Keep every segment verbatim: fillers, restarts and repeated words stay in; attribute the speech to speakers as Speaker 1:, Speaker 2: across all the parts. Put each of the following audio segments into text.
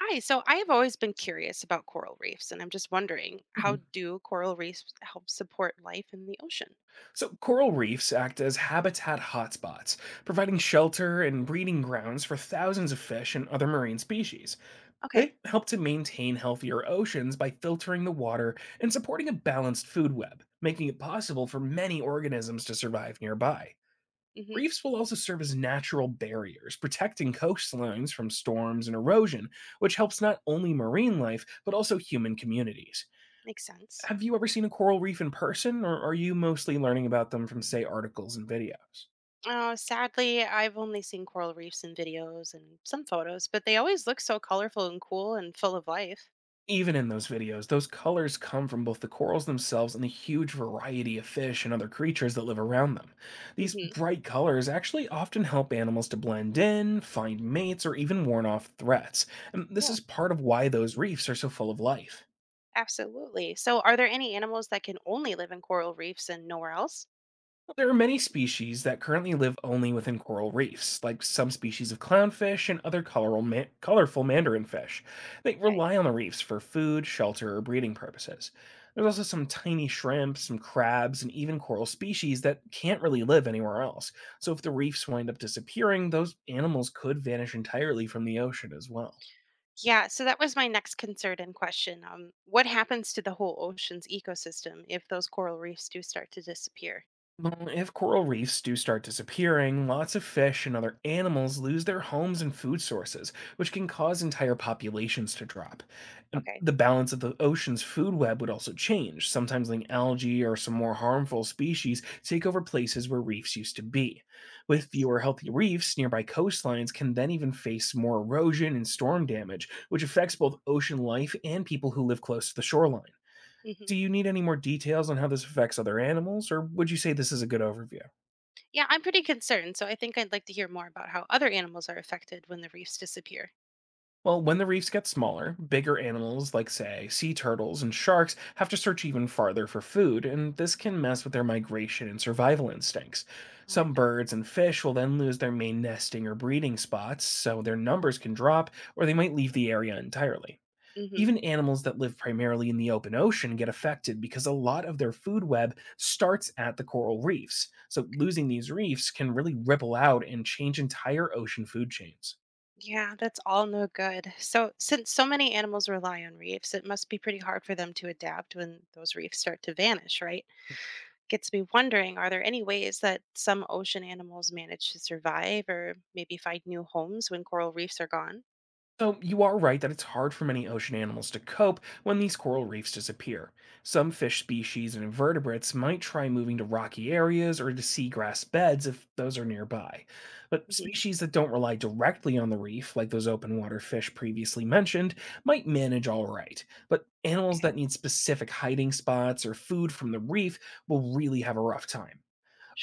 Speaker 1: Hi, so I have always been curious about coral reefs, and I'm just wondering, how
Speaker 2: Mhm.
Speaker 1: do coral reefs help support life in the ocean?
Speaker 2: So, coral reefs act as habitat hotspots, providing shelter and breeding grounds for thousands of fish and other marine species.
Speaker 1: Okay,
Speaker 2: They help to maintain healthier oceans by filtering the water and supporting a balanced food web, making it possible for many organisms to survive nearby.
Speaker 1: mm-hmm,
Speaker 2: Reefs will also serve as natural barriers, protecting coastlines from storms and erosion, which helps not only marine life, but also human communities.
Speaker 1: makes sense.
Speaker 2: Have you ever seen a coral reef in person, or are you mostly learning about them from, say, articles and videos?
Speaker 1: Uh, sadly, I've only seen coral reefs in videos and some photos, but they always look so colorful and cool and full of life.
Speaker 2: Even in those videos, those colors come from both the corals themselves and the huge variety of fish and other creatures that live around them. These
Speaker 1: Mm-hmm,
Speaker 2: bright colors actually often help animals to blend in, find mates, or even warn off threats. And this is
Speaker 1: cool.
Speaker 2: part of why those reefs are so full of life.
Speaker 1: Absolutely. So, are there any animals that can only live in coral reefs and nowhere else?
Speaker 2: Well, there are many species that currently live only within coral reefs, like some
Speaker 1: Mhm.
Speaker 2: species of clownfish and other colorful, ma- colorful mandarin fish. They
Speaker 1: Okay.
Speaker 2: rely on the reefs for food, shelter, or breeding purposes. There's also some tiny shrimp, some crabs, and even coral species that can't really live anywhere else. So if the reefs wind up disappearing, those animals could vanish entirely from the ocean as well.
Speaker 1: Yeah, so that was my next concern and question. Um, what happens to the whole ocean's ecosystem if those coral reefs do start to disappear?
Speaker 2: Well, if coral reefs do start disappearing, lots of fish and other animals lose their homes and food sources, which can cause entire populations to drop. And
Speaker 1: Okay,
Speaker 2: the balance of the ocean's food web would also change, sometimes letting algae or some more harmful species take over places where reefs used to be. With
Speaker 1: yikes.
Speaker 2: fewer healthy reefs, nearby coastlines can then even face more erosion and storm damage, which affects both ocean life and people who live close to the shoreline.
Speaker 1: Hmm.
Speaker 2: Do you need any more details on how this affects other animals, or would you say this is a good overview?
Speaker 1: Yeah, I'm pretty concerned, so I think I'd like to hear more about how other animals are affected when the reefs disappear.
Speaker 2: Well, when the reefs get smaller, bigger animals like, say, sea turtles and sharks have to search even farther for food, and this can mess with their migration and survival instincts.
Speaker 1: Oh, I
Speaker 2: Some
Speaker 1: bet.
Speaker 2: birds and fish will then lose their main nesting or breeding spots, so their numbers can drop, or they might leave the area entirely.
Speaker 1: Hmm.
Speaker 2: Even animals that live primarily in the open ocean get affected because a lot of their food web starts at the coral reefs. So,
Speaker 1: Okay.
Speaker 2: losing these reefs can really ripple out and change entire ocean food chains.
Speaker 1: Yeah, that's all no good. So, since so many animals rely on reefs, it must be pretty hard for them to adapt when those reefs start to vanish, right? Gets me wondering, are there any ways that some ocean animals manage to survive or maybe find new homes when coral reefs are gone?
Speaker 2: So, you are right that it's hard for many ocean animals to cope when these coral reefs disappear. Some fish species and invertebrates might try moving to rocky areas or to seagrass beds if those are nearby. But
Speaker 1: Hmm.
Speaker 2: species that don't rely directly on the reef, like those open water fish previously mentioned, might manage all right. But animals that
Speaker 1: Okay,
Speaker 2: need specific hiding spots or food from the reef will really have a rough time.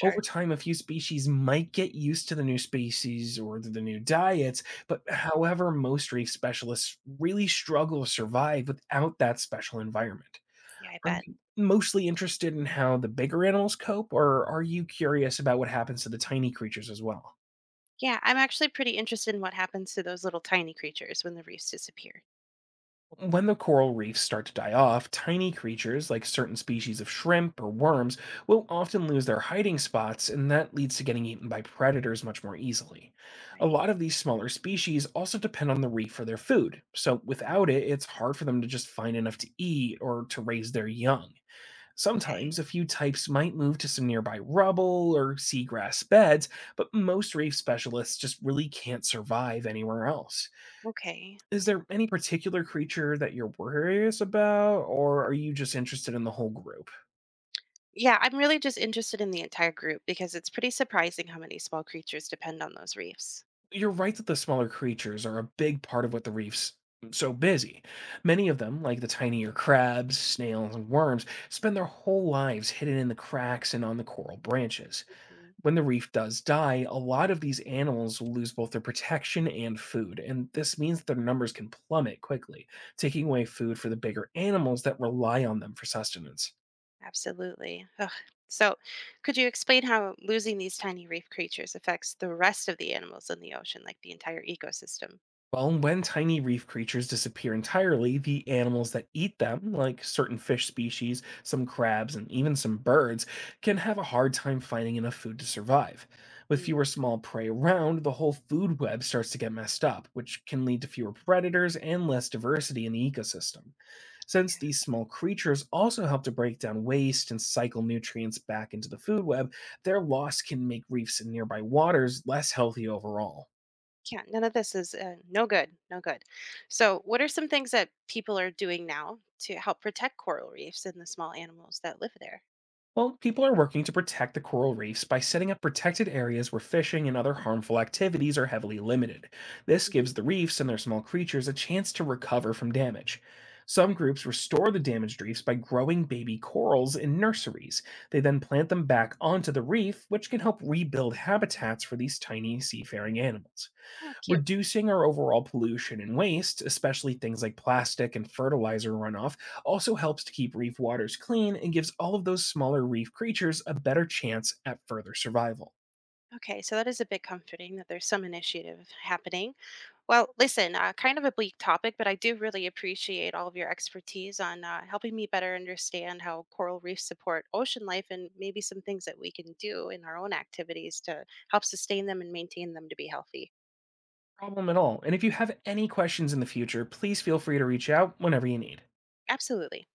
Speaker 2: Over time a few species might get used to the new species or the new diets, but
Speaker 1: Right.
Speaker 2: however most reef specialists really struggle to survive without that special environment.
Speaker 1: Yeah, I
Speaker 2: Are
Speaker 1: bet.
Speaker 2: you mostly interested in how the bigger animals cope, or are you curious about what happens to the tiny creatures as well?
Speaker 1: Yeah, I'm actually pretty interested in what happens to those little tiny creatures when the reefs disappear.
Speaker 2: When the coral reefs start to die off, tiny creatures like certain species of shrimp or worms will often lose their hiding spots, and that leads to getting eaten by predators much more easily. A
Speaker 1: Right.
Speaker 2: lot of these smaller species also depend on the reef for their food, so without it, it's hard for them to just find enough to eat or to raise their young.
Speaker 1: Okay.
Speaker 2: Sometimes a few types might move to some nearby rubble or seagrass beds, but most reef specialists just really can't survive anywhere else.
Speaker 1: Okay.
Speaker 2: Is there any particular creature that you're worrious about, or are you just interested in the whole group?
Speaker 1: Yeah, I'm really just interested in the entire group because it's pretty surprising how many small creatures depend on those reefs.
Speaker 2: You're right that the smaller creatures are a big part of what the reef's so busy. Many of them, like the tinier crabs, snails, and worms, spend their whole lives hidden in the cracks and on the coral branches.
Speaker 1: Mhm.
Speaker 2: When the reef does die, a lot of these animals will lose both their protection and food, and this means that their numbers can plummet quickly, taking away food for the bigger animals that rely on them for sustenance.
Speaker 1: Absolutely. Ugh. So, could you explain how losing these tiny reef creatures affects the rest of the animals in the ocean, like the entire ecosystem?
Speaker 2: Well, when tiny reef creatures disappear entirely, the animals that eat them, like certain fish species, some crabs, and even some birds, can have a hard time finding enough food to survive. With
Speaker 1: Mm,
Speaker 2: fewer small prey around, the whole food web starts to get messed up, which can lead to fewer predators and less diversity in the ecosystem. Since
Speaker 1: yeah,
Speaker 2: these
Speaker 1: but
Speaker 2: small creatures also help to break down waste and cycle nutrients back into the food web, their loss can make reefs in nearby waters less healthy overall.
Speaker 1: yeah, none of this is uh, no good, no good. So, what are some things that people are doing now to help protect coral reefs and the small animals that live there?
Speaker 2: Well, people are working to protect the coral reefs by setting up protected areas where fishing and other harmful activities are heavily limited. This
Speaker 1: Hmm.
Speaker 2: gives the reefs and their small creatures a chance to recover from damage. Some
Speaker 1: Okay.
Speaker 2: groups restore the damaged reefs by growing baby corals in nurseries. They then plant them back onto the reef, which can help rebuild habitats for these tiny seafaring animals.
Speaker 1: Oh, cute.
Speaker 2: Reducing our overall pollution and waste, especially things like plastic and fertilizer runoff, also helps to keep reef waters clean and gives all of those smaller reef creatures a better chance at further survival.
Speaker 1: Okay, so that is a bit comforting that there's some initiative happening. Well, listen, uh, kind of a bleak topic, but I do really appreciate all of your expertise on uh, helping me better understand how coral reefs support ocean life and maybe some things that we can do in our own activities to help sustain them and maintain them to be healthy.
Speaker 2: Problem at all. And if you have any questions in the future, please feel free to reach out whenever you need.
Speaker 1: Absolutely.